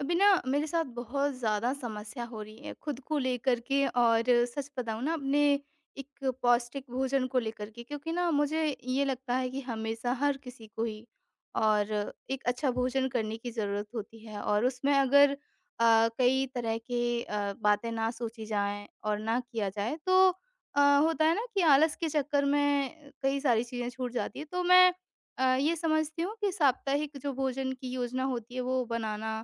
अभी ना मेरे साथ बहुत ज़्यादा समस्या हो रही है खुद को लेकर के। और सच बताऊँ ना, अपने एक पौष्टिक भोजन को लेकर के, क्योंकि ना मुझे ये लगता है कि हमेशा हर किसी को ही और एक अच्छा भोजन करने की ज़रूरत होती है। और उसमें अगर कई तरह के बातें ना सोची जाएं और ना किया जाए तो होता है ना कि आलस के चक्कर में कई सारी चीज़ें छूट जाती है। तो मैं ये समझती हूँ कि साप्ताहिक जो भोजन की योजना होती है वो बनाना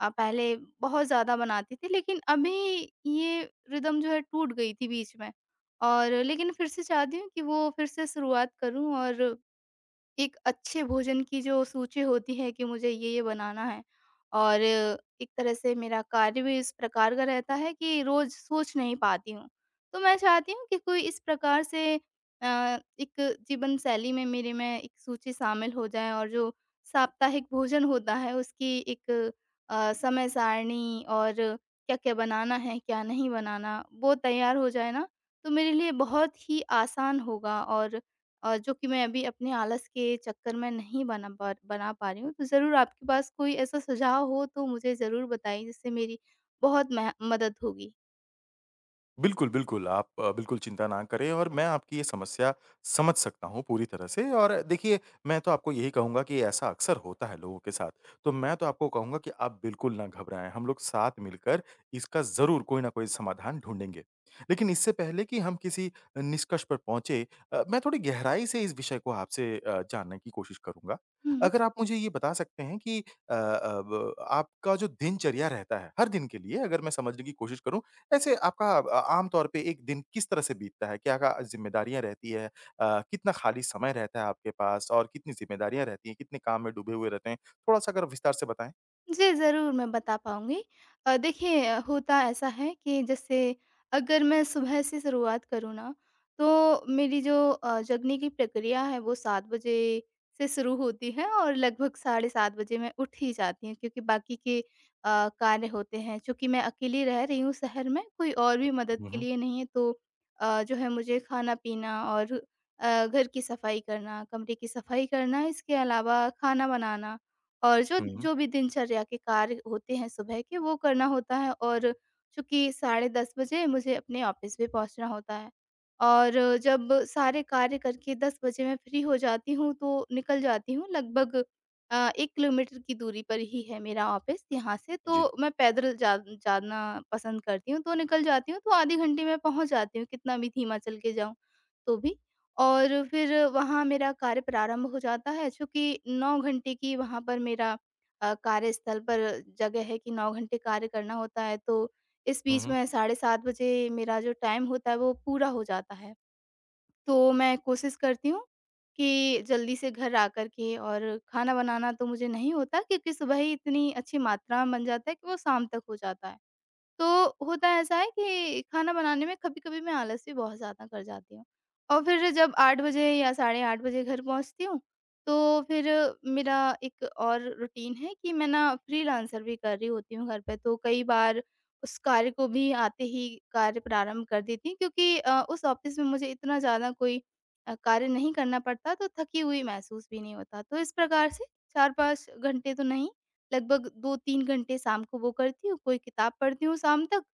पहले बहुत ज़्यादा बनाती थी, लेकिन अभी ये रिदम जो है टूट गई थी बीच में। और लेकिन फिर से चाहती हूँ कि वो फिर से शुरुआत करूँ, और एक अच्छे भोजन की जो सूची होती है कि मुझे ये बनाना है। और एक तरह से मेरा कार्य भी इस प्रकार का रहता है कि रोज सोच नहीं पाती हूँ। तो मैं चाहती हूँ कि कोई इस प्रकार से एक जीवन शैली में मेरे में एक सूची शामिल हो जाए, और जो साप्ताहिक भोजन होता है उसकी एक समय सारणी और क्या क्या बनाना है, क्या नहीं बनाना, वो तैयार हो जाए ना। तो मेरे लिए बहुत ही आसान होगा और जो कि मैं अभी अपने आलस के चक्कर में नहीं बना पा रही हूँ। तो ज़रूर आपके पास कोई ऐसा सुझाव हो तो मुझे ज़रूर बताइए, जिससे मेरी बहुत मह मदद होगी। बिल्कुल, बिल्कुल। आप बिल्कुल चिंता ना करें और मैं आपकी ये समस्या समझ सकता हूँ पूरी तरह से और देखिए, मैं तो आपको यही कहूँगा कि ऐसा अक्सर होता है लोगों के साथ। तो मैं तो आपको कहूँगा कि आप बिल्कुल ना घबराएँ, हम लोग साथ मिलकर इसका ज़रूर कोई ना कोई समाधान ढूँढेंगे। लेकिन इससे पहले कि हम किसी निष्कर्ष पर पहुँचे मैं थोड़ी गहराई से इस विषय को आपसे जानने की कोशिश करूँगा। हुँ। अगर आप मुझे ये बता सकते हैं कि अब आपका जो दिनचर्या रहता है, हर दिन के लिए अगर मैं समझने की कोशिश करूँ ऐसे आपका आम तौर पे एक दिन किस तरह से बीतता है? क्या क्या ज़िम्मेदारियाँ रहती है? कितना खाली समय रहता है आपके पास और कितनी ज़िम्मेदारियाँ रहती हैं? कितने काम में डूबे हुए रहते हैं? थोड़ा-सा अगर विस्तार से बताएँ। जी, ज़रूर मैं बता पाऊँगी। देखिए, होता ऐसा है कि जैसे अगर मैं सुबह से शुरुआत करूँ ना, तो मेरी जो जगने की प्रक्रिया है वो 7 बजे से शुरू होती है, और लगभग साढ़े 7 बजे मैं उठ ही जाती हूँ क्योंकि बाकी के कार्य होते हैं। चूँकि मैं अकेली रह रही हूँ शहर में, कोई और भी मदद हुँ, के हुँ। लिए नहीं है, तो जो है मुझे खाना-पीना और घर की सफाई करना, कमरे की सफाई करना, इसके अलावा खाना बनाना और जो हुँ, हुँ। जो भी दिनचर्या के कार्य होते हैं सुबह के वो करना होता है। और चूँकि साढ़े 10 बजे मुझे अपने ऑफ़िस भी पहुँचना होता है। और जब सारे कार्य करके 10 बजे मैं फ्री हो जाती हूँ तो निकल जाती हूँ। लगभग 1 किलोमीटर की दूरी पर ही है मेरा ऑफ़िस यहाँ से, जी। तो मैं पैदल जा जाना पसंद करती हूँ, तो निकल जाती हूँ, तो आधे घंटे में पहुँच जाती हूँ, कितना भी धीमा चल के जाऊँ तो भी। और फिर वहाँ मेरा कार्य प्रारंभ हो जाता है, चूँकि 9 घंटे की वहाँ पर मेरा कार्यस्थल पर जगह है कि 9 घंटे कार्य करना होता है। तो इस हुँ, बीच हुँ। में साढ़े 7 बजे मेरा जो टाइम होता है वो पूरा हो जाता है। तो मैं कोशिश करती हूँ कि जल्दी से घर आकर के, और खाना बनाना तो मुझे नहीं होता क्योंकि सुबह ही इतनी अच्छी मात्रा में बन जाता है कि वो शाम तक हो जाता है। तो होता ऐसा है कि खाना बनाने में कभी-कभी मैं आलस भी बहुत ज़्यादा कर जाती हूँ। और फिर जब 8 बजे या साढ़े 8 बजे घर पहुँचती हूँ, तो फिर मेरा एक और रूटीन है कि मैं ना फ्रीलांसर भी कर रही होती हूँ घर पे, तो कई बार उस कार्य को भी आते ही कार्य प्रारंभ कर देती हूँ क्योंकि उस ऑफ़िस में मुझे इतना ज़्यादा कोई कार्य नहीं करना पड़ता, तो थकी हुई महसूस भी नहीं होता। तो इस प्रकार से 4-5 घंटे तो नहीं, लगभग 2-3 घंटे शाम को वो करती हूँ, कोई किताब पढ़ती हूँ शाम तक।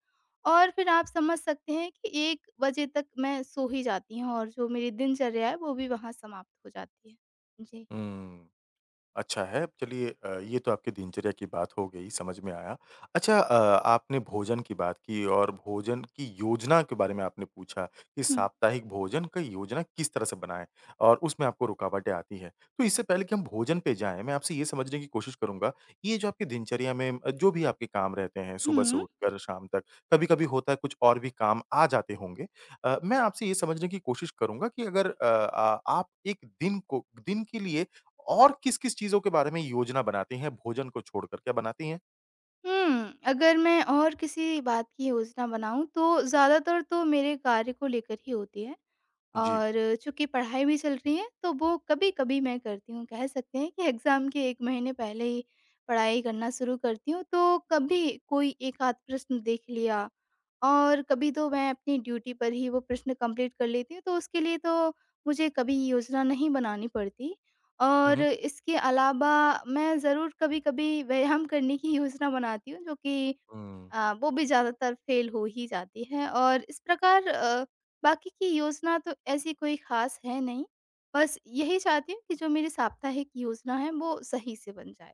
और फिर आप समझ सकते हैं कि 1 बजे तक मैं सो ही जाती हूँ, और जो मेरी दिनचर्या है वो भी वहाँ समाप्त हो जाती है। जी। हुँ। अच्छा है। चलिए ये तो आपकी दिनचर्या की बात हो गई, समझ में आया। अच्छा, आपने भोजन की बात की और भोजन की योजना के बारे में आपने पूछा कि हुँ। साप्ताहिक भोजन का योजना किस तरह से बनाएँ और उसमें आपको रुकावटें आती हैं। तो इससे पहले कि हम भोजन पे जाएँ, मैं आपसे ये समझने की कोशिश करूँगा, ये जो आपकी दिनचर्या में जो भी आपके काम रहते हैं, सुबह से हुँ। उठकर शाम तक, कभी-कभी होता है कुछ और भी काम आ जाते होंगे। मैं आपसे ये समझने की कोशिश करूँगा कि अगर अ, आ आप एक दिन को दिन के लिए और किस-किस चीज़ों के बारे में योजना बनाती हैं भोजन को छोड़कर, क्या बनाती हैं? हुँ, अगर मैं और किसी बात की योजना बनाऊँ तो ज़्यादातर तो मेरे कार्य को लेकर ही होती है। जी। और चूँकि पढ़ाई भी चल रही है, तो वो कभी-कभी मैं करती हूँ। कह सकते हैं कि एग्ज़ाम के 1 महीने पहले ही पढ़ाई करना शुरू करती हूँ, तो कभी कोई 1 आध प्रश्न देख लिया, और कभी तो मैं अपनी ड्यूटी पर ही वो प्रश्न कंप्लीट कर लेती हूँ, तो उसके लिए तो मुझे कभी योजना नहीं बनानी पड़ती। हुँ, और हुँ। इसके अलावा मैं ज़रूर कभी-कभी व्यायाम करने की योजना बनाती हूँ, जो कि हुँ। वो भी ज़्यादातर फेल हो ही जाती है। और इस प्रकार बाकी की योजना तो ऐसी कोई ख़ास है नहीं। बस यही चाहती हूँ कि जो मेरी साप्ताहिक योजना है वो सही से बन जाए।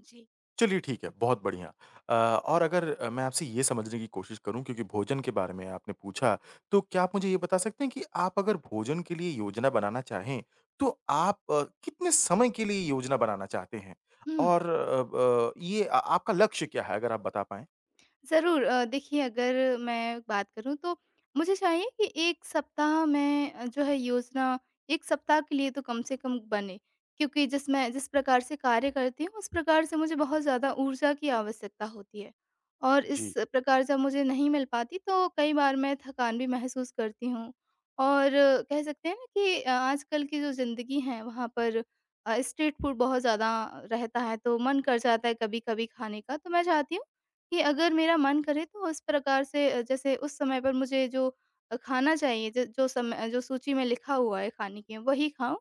जी। चलिए ठीक है, बहुत बढ़िया। अ, और अगर मैं आपसे ये समझने की कोशिश करूँ क्योंकि भोजन के बारे में आपने पूछा, तो क्या आप मुझे ये बता सकते हैं कि आप अगर भोजन के लिए योजना बनाना चाहें, तो आप कितने समय के लिए योजना बनाना चाहते हैं? हम्म। और अ, ब ये आ आपका लक्ष्य क्या है अगर आप बता पाएँ? ज़रूर, देखिए, अगर मैं बात करूँ तो मुझे चाहिए कि 1 सप्ताह में जो है योजना 1 सप्ताह के लिए तो कम से कम बने। क्योंकि जिस प्रकार से कार्य करती हूँ, उस प्रकार से मुझे बहुत ज़्यादा ऊर्जा की आवश्यकता होती है। और जी। इस प्रकार जब मुझे नहीं मिल पाती तो कई बार मैं थकान भी महसूस करती हूँ। और कह सकते हैं ना कि आजकल की जो ज़िंदगी है वहाँ पर स्ट्रीट फूड बहुत ज़्यादा रहता है, तो मन कर जाता है कभी-कभी खाने का। तो मैं चाहती हूँ कि अगर मेरा मन करे तो उस प्रकार से जैसे उस समय पर मुझे जो खाना चाहिए, ज जो समय जो सूची में लिखा हुआ है खाने की वही खाऊँ।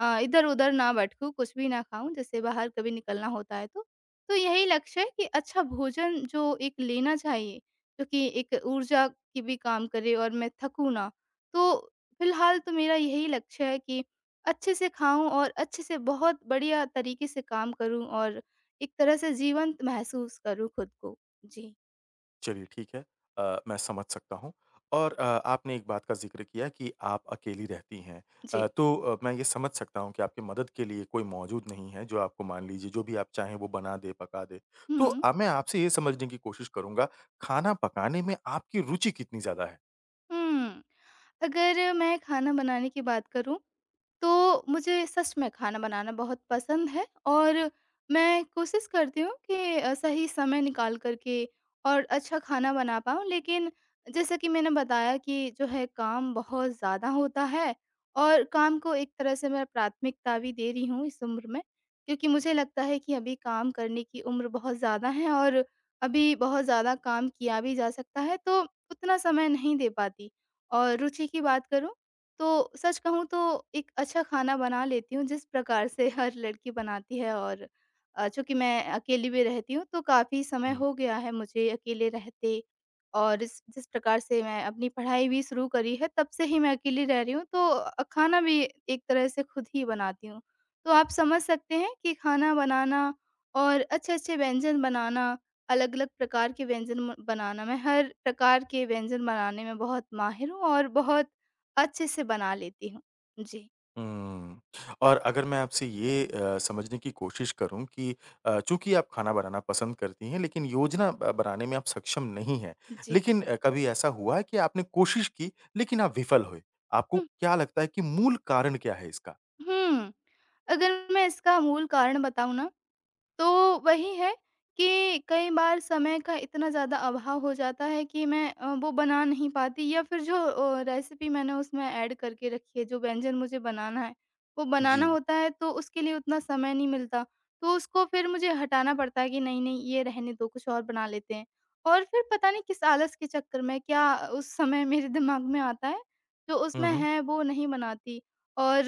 इधर-उधर ना भटकूँ, कुछ भी ना खाऊँ जैसे बाहर कभी निकलना होता है तो। तो यही लक्ष्य है कि अच्छा भोजन जो एक लेना चाहिए, जो कि एक ऊर्जा की भी काम करे और मैं थकूँ ना। तो फिलहाल तो मेरा यही लक्ष्य है कि अच्छे से खाऊँ और अच्छे से बहुत बढ़िया तरीके से काम करूँ, और एक तरह से जीवंत महसूस करूँ खुद को। जी, चलिए ठीक है। मैं समझ सकता हूँ और आपने एक बात का ज़िक्र किया कि आप अकेली रहती हैं। जी। तो मैं ये समझ सकता हूँ कि आपकी मदद के लिए कोई मौजूद नहीं है, जो आपको मान लीजिए जो भी आप चाहें वो बना दे, पका दे। तो हुँ, अब मैं आपसे ये समझने की कोशिश करूँगा, खाना पकाने में आपकी रुचि कितनी ज़्यादा है? हुँ। अगर मैं खाना बनाने की बात करूँ तो मुझे सच में खाना बनाना बहुत पसंद है। और मैं कोशिश करती हूँ कि सही समय निकाल कर के और अच्छा खाना बना पाऊँ। लेकिन जैसा कि मैंने बताया कि जो है काम बहुत ज़्यादा होता है, और काम को एक तरह से मैं प्राथमिकता भी दे रही हूँ इस उम्र में, क्योंकि मुझे लगता है कि अभी काम करने की उम्र बहुत ज़्यादा है, और अभी बहुत ज़्यादा काम किया भी जा सकता है, तो उतना समय नहीं दे पाती। और रुचि की बात करूँ तो सच कहूँ तो एक अच्छा खाना बना लेती हूँ जिस प्रकार से हर लड़की बनाती है। और चूँकि मैं अकेली भी रहती हूँ तो काफ़ी समय हो गया है मुझे अकेले रहते, और इस जिस प्रकार से मैं अपनी पढ़ाई भी शुरू करी है तब से ही मैं अकेली रह रही हूँ, तो खाना भी एक तरह से खुद ही बनाती हूँ। तो आप समझ सकते हैं कि खाना बनाना और अच्छे-अच्छे व्यंजन बनाना, अलग-अलग प्रकार के व्यंजन म बनाना, मैं हर प्रकार के व्यंजन बनाने में बहुत माहिर हूँ और बहुत अच्छे से बना लेती हूँ। जी, हुँ। और अगर मैं आपसे ये समझने की कोशिश करूँ कि चूँकि आप खाना बनाना पसंद करती हैं, लेकिन योजना ब बनाने में आप सक्षम नहीं हैं। जी। लेकिन कभी ऐसा हुआ है कि आपने कोशिश की, लेकिन आप विफल हुए? आपको हुँ, क्या लगता है कि मूल कारण क्या है इसका? हुँ। अगर मैं इसका मूल कारण बताऊँ ना तो वही है कि कई बार समय का इतना ज़्यादा अभाव हो जाता है कि मैं वो बना नहीं पाती, या फिर जो रेसिपी मैंने उसमें ऐड करके रखी है, जो व्यंजन मुझे बनाना है, वो बनाना जी। होता है तो उसके लिए उतना समय नहीं मिलता। तो उसको फिर मुझे हटाना पड़ता है कि नहीं-नहीं ये रहने दो, कुछ और बना लेते हैं। और फिर पता नहीं किस आलस के चक्कर में क्या उस समय मेरे दिमाग में आता है, जो हुँ, उसमें हुँ। है वो नहीं बनाती। और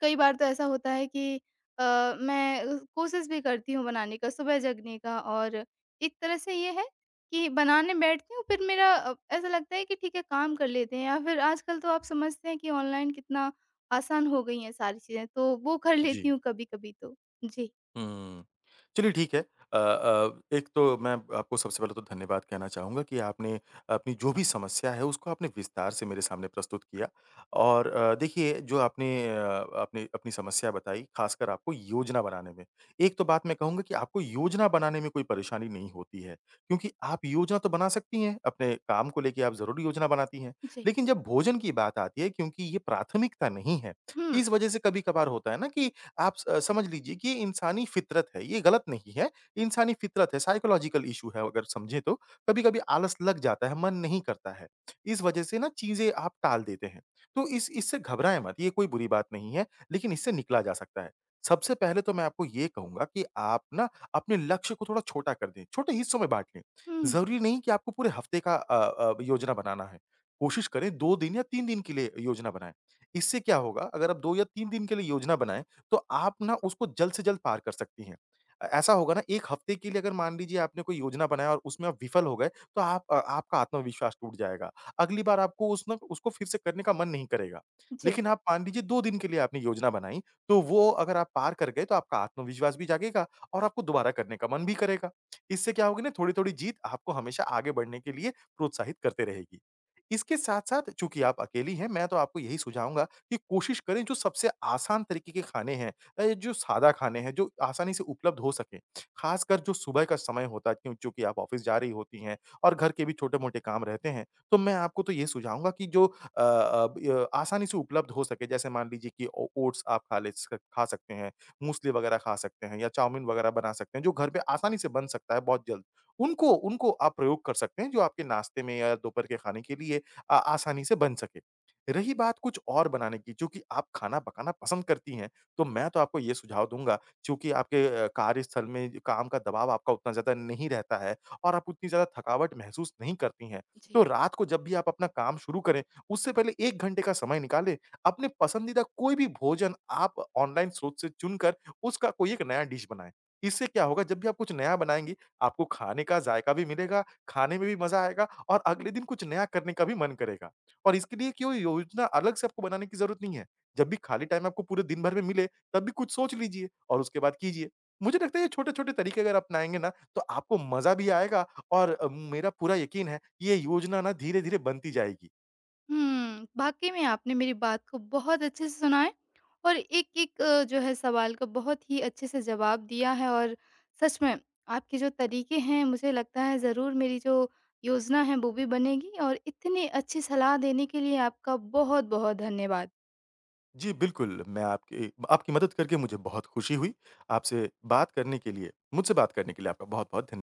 कई बार तो ऐसा होता है कि अ, मैं कोशिश भी करती हूँ बनाने का, सुबह जगने का। और एक तरह से ये है कि बनाने बैठती हूँ, फिर मेरा ऐसा लगता है कि ठीक है काम कर लेते हैं, या फिर आजकल तो आप समझते हैं कि ऑनलाइन कितना आसान हो गई हैं सारी चीज़ें, तो वो कर जी। लेती हूँ कभी-कभी तो। जी, हुँ। चलिए ठीक है। एक तो मैं आपको सबसे पहले तो धन्यवाद कहना चाहूँगा कि आपने अपनी जो भी समस्या है उसको आपने विस्तार से मेरे सामने प्रस्तुत किया और देखिए जो आपने अपनी समस्या बताई ख़ासकर आपको योजना बनाने में। एक तो बात मैं कहूँगा कि आपको योजना बनाने में कोई परेशानी नहीं होती है, क्योंकि आप योजना तो बना सकती हैं, अपने काम को लेके आप ज़रूर योजना बनाती हैं। जी। लेकिन जब भोजन की बात आती है क्योंकि ये प्राथमिकता नहीं है, हुँ, इस वज़ह से कभी-कभार होता है ना कि आप स समझ लीजिए कि ये इंसानी फितरत है, ये गलत नहीं है, इंसानी फितरत है, साइकोलॉजिकल इश्यू है अगर समझें तो। कभी-कभी आलस लग जाता है, मन नहीं करता है, इस वजह से ना चीज़ें आप टाल देते हैं। तो इस इससे घबराएँ मत, ये कोई बुरी बात नहीं है, लेकिन इससे निकला जा सकता है। सबसे पहले तो मैं आपको ये कहूँगा कि आप ना अपने लक्ष्य को थोड़ा छोटा कर दें, छोटे हिस्सों में बाँट लें। हुँ। ज़रूरी नहीं कि आपको पूरे हफ्ते का योजना बनाना है। कोशिश करें 2 दिन या 3 दिन के लिए योजना बनाएँ। इससे क्या होगा अगर आप 2 या 3 दिन के लिए योजना बनाएँ तो आप ना उसको जल्द से जल्द पार कर सकती हैं। ऐसा होगा ना 1 हफ्ते के लिए अगर मान लीजिए आपने कोई योजना बनाया और उसमें आप विफल हो गए, तो आप आपका आत्मविश्वास टूट जाएगा। अगली बार आपको उस ना उसको फिर से करने का मन नहीं करेगा। जी, लेकिन आप मान लीजिए 2 दिन के लिए आपने योजना बनाई, तो वो अगर आप पार कर गए तो आपका आत्मविश्वास भी जागेगा और आपको दोबारा करने का मन भी करेगा। इससे क्या होगी ना, थोड़ी-थोड़ी जीत आपको हमेशा आगे बढ़ने के लिए प्रोत्साहित करते रहेगी। इसके साथ-साथ चूँकि आप अकेली हैं, मैं तो आपको यही सुझाऊँगा कि कोशिश करें जो सबसे आसान तरीके के खाने हैं, जो सादा खाने हैं, जो आसानी से उपलब्ध हो सकें। ख़ासकर जो सुबह का समय होता है क्यों चूँकि आप ऑफ़िस जा रही होती हैं और घर के भी छोटे-मोटे काम रहते हैं। तो मैं आपको तो ये सुझाऊँगा कि जो अ अ, ब य आसानी से उपलब्ध हो सके जैसे मान लीजिए कि ओ ओट्स आप खा ले स खा सकते हैं, मूसली वग़ैरह खा सकते हैं या चाउमीन वग़ैरह बना सकते हैं, जो घर पे आसानी से बन सकता है बहुत जल्द। उनको उनको आप प्रयोग कर सकते हैं जो आपके नाश्ते में या दोपहर के खाने के लिए आसानी से बन सके। रही बात कुछ और बनाने की, चूँकि आप खाना पकाना पसंद करती हैं, तो मैं तो आपको ये सुझाव दूँगा, चूँकि आपके कार्यस्थल में जो काम का दबाव आपका उतना ज़्यादा नहीं रहता है और आप उतनी ज़्यादा थकावट महसूस नहीं करती हैं, जी। तो रात को जब भी आप अपना काम शुरू करें, उससे पहले 1 घंटे का समय निकालें, अपने पसंदीदा कोई भी भोजन आप ऑनलाइन स्रोत से चुनकर उसका कोई एक नया डिश बनाएँ। इससे क्या होगा, जब भी आप कुछ नया बनाएँगी, आपको खाने का जायका भी मिलेगा, खाने में भी मज़ा आएगा और अगले दिन कुछ नया करने का भी मन करेगा। और इसके लिए क्यों योजना अलग से आपको बनाने की ज़रूरत नहीं है। जब भी खाली टाइम आपको पूरे दिन भर में मिले, तब भी कुछ सोच लीजिए और उसके बाद कीजिए। मुझे लगता है ये छोटे-छोटे तरीके अगर अपनाएँगे ना, तो आपको मज़ा भी आएगा और मेरा पूरा यकीन है, ये योजना ना धीरे-धीरे बनती जाएगी। हुँ, वाक़ई में आपने मेरी बात को बहुत अच्छे से सुना है, और एक-एक जो है सवाल का बहुत ही अच्छे से जवाब दिया है। और सच में आपके जो तरीके हैं, मुझे लगता है ज़रूर मेरी जो योजना है वो भी बनेगी, और इतनी अच्छी सलाह देने के लिए आपका बहुत-बहुत धन्यवाद। जी, बिल्कुल, मैं आपकी आपकी मदद करके मुझे बहुत खुशी हुई। आपसे बात करने के लिए मुझसे बात करने के लिए आपका बहुत-बहुत धन्य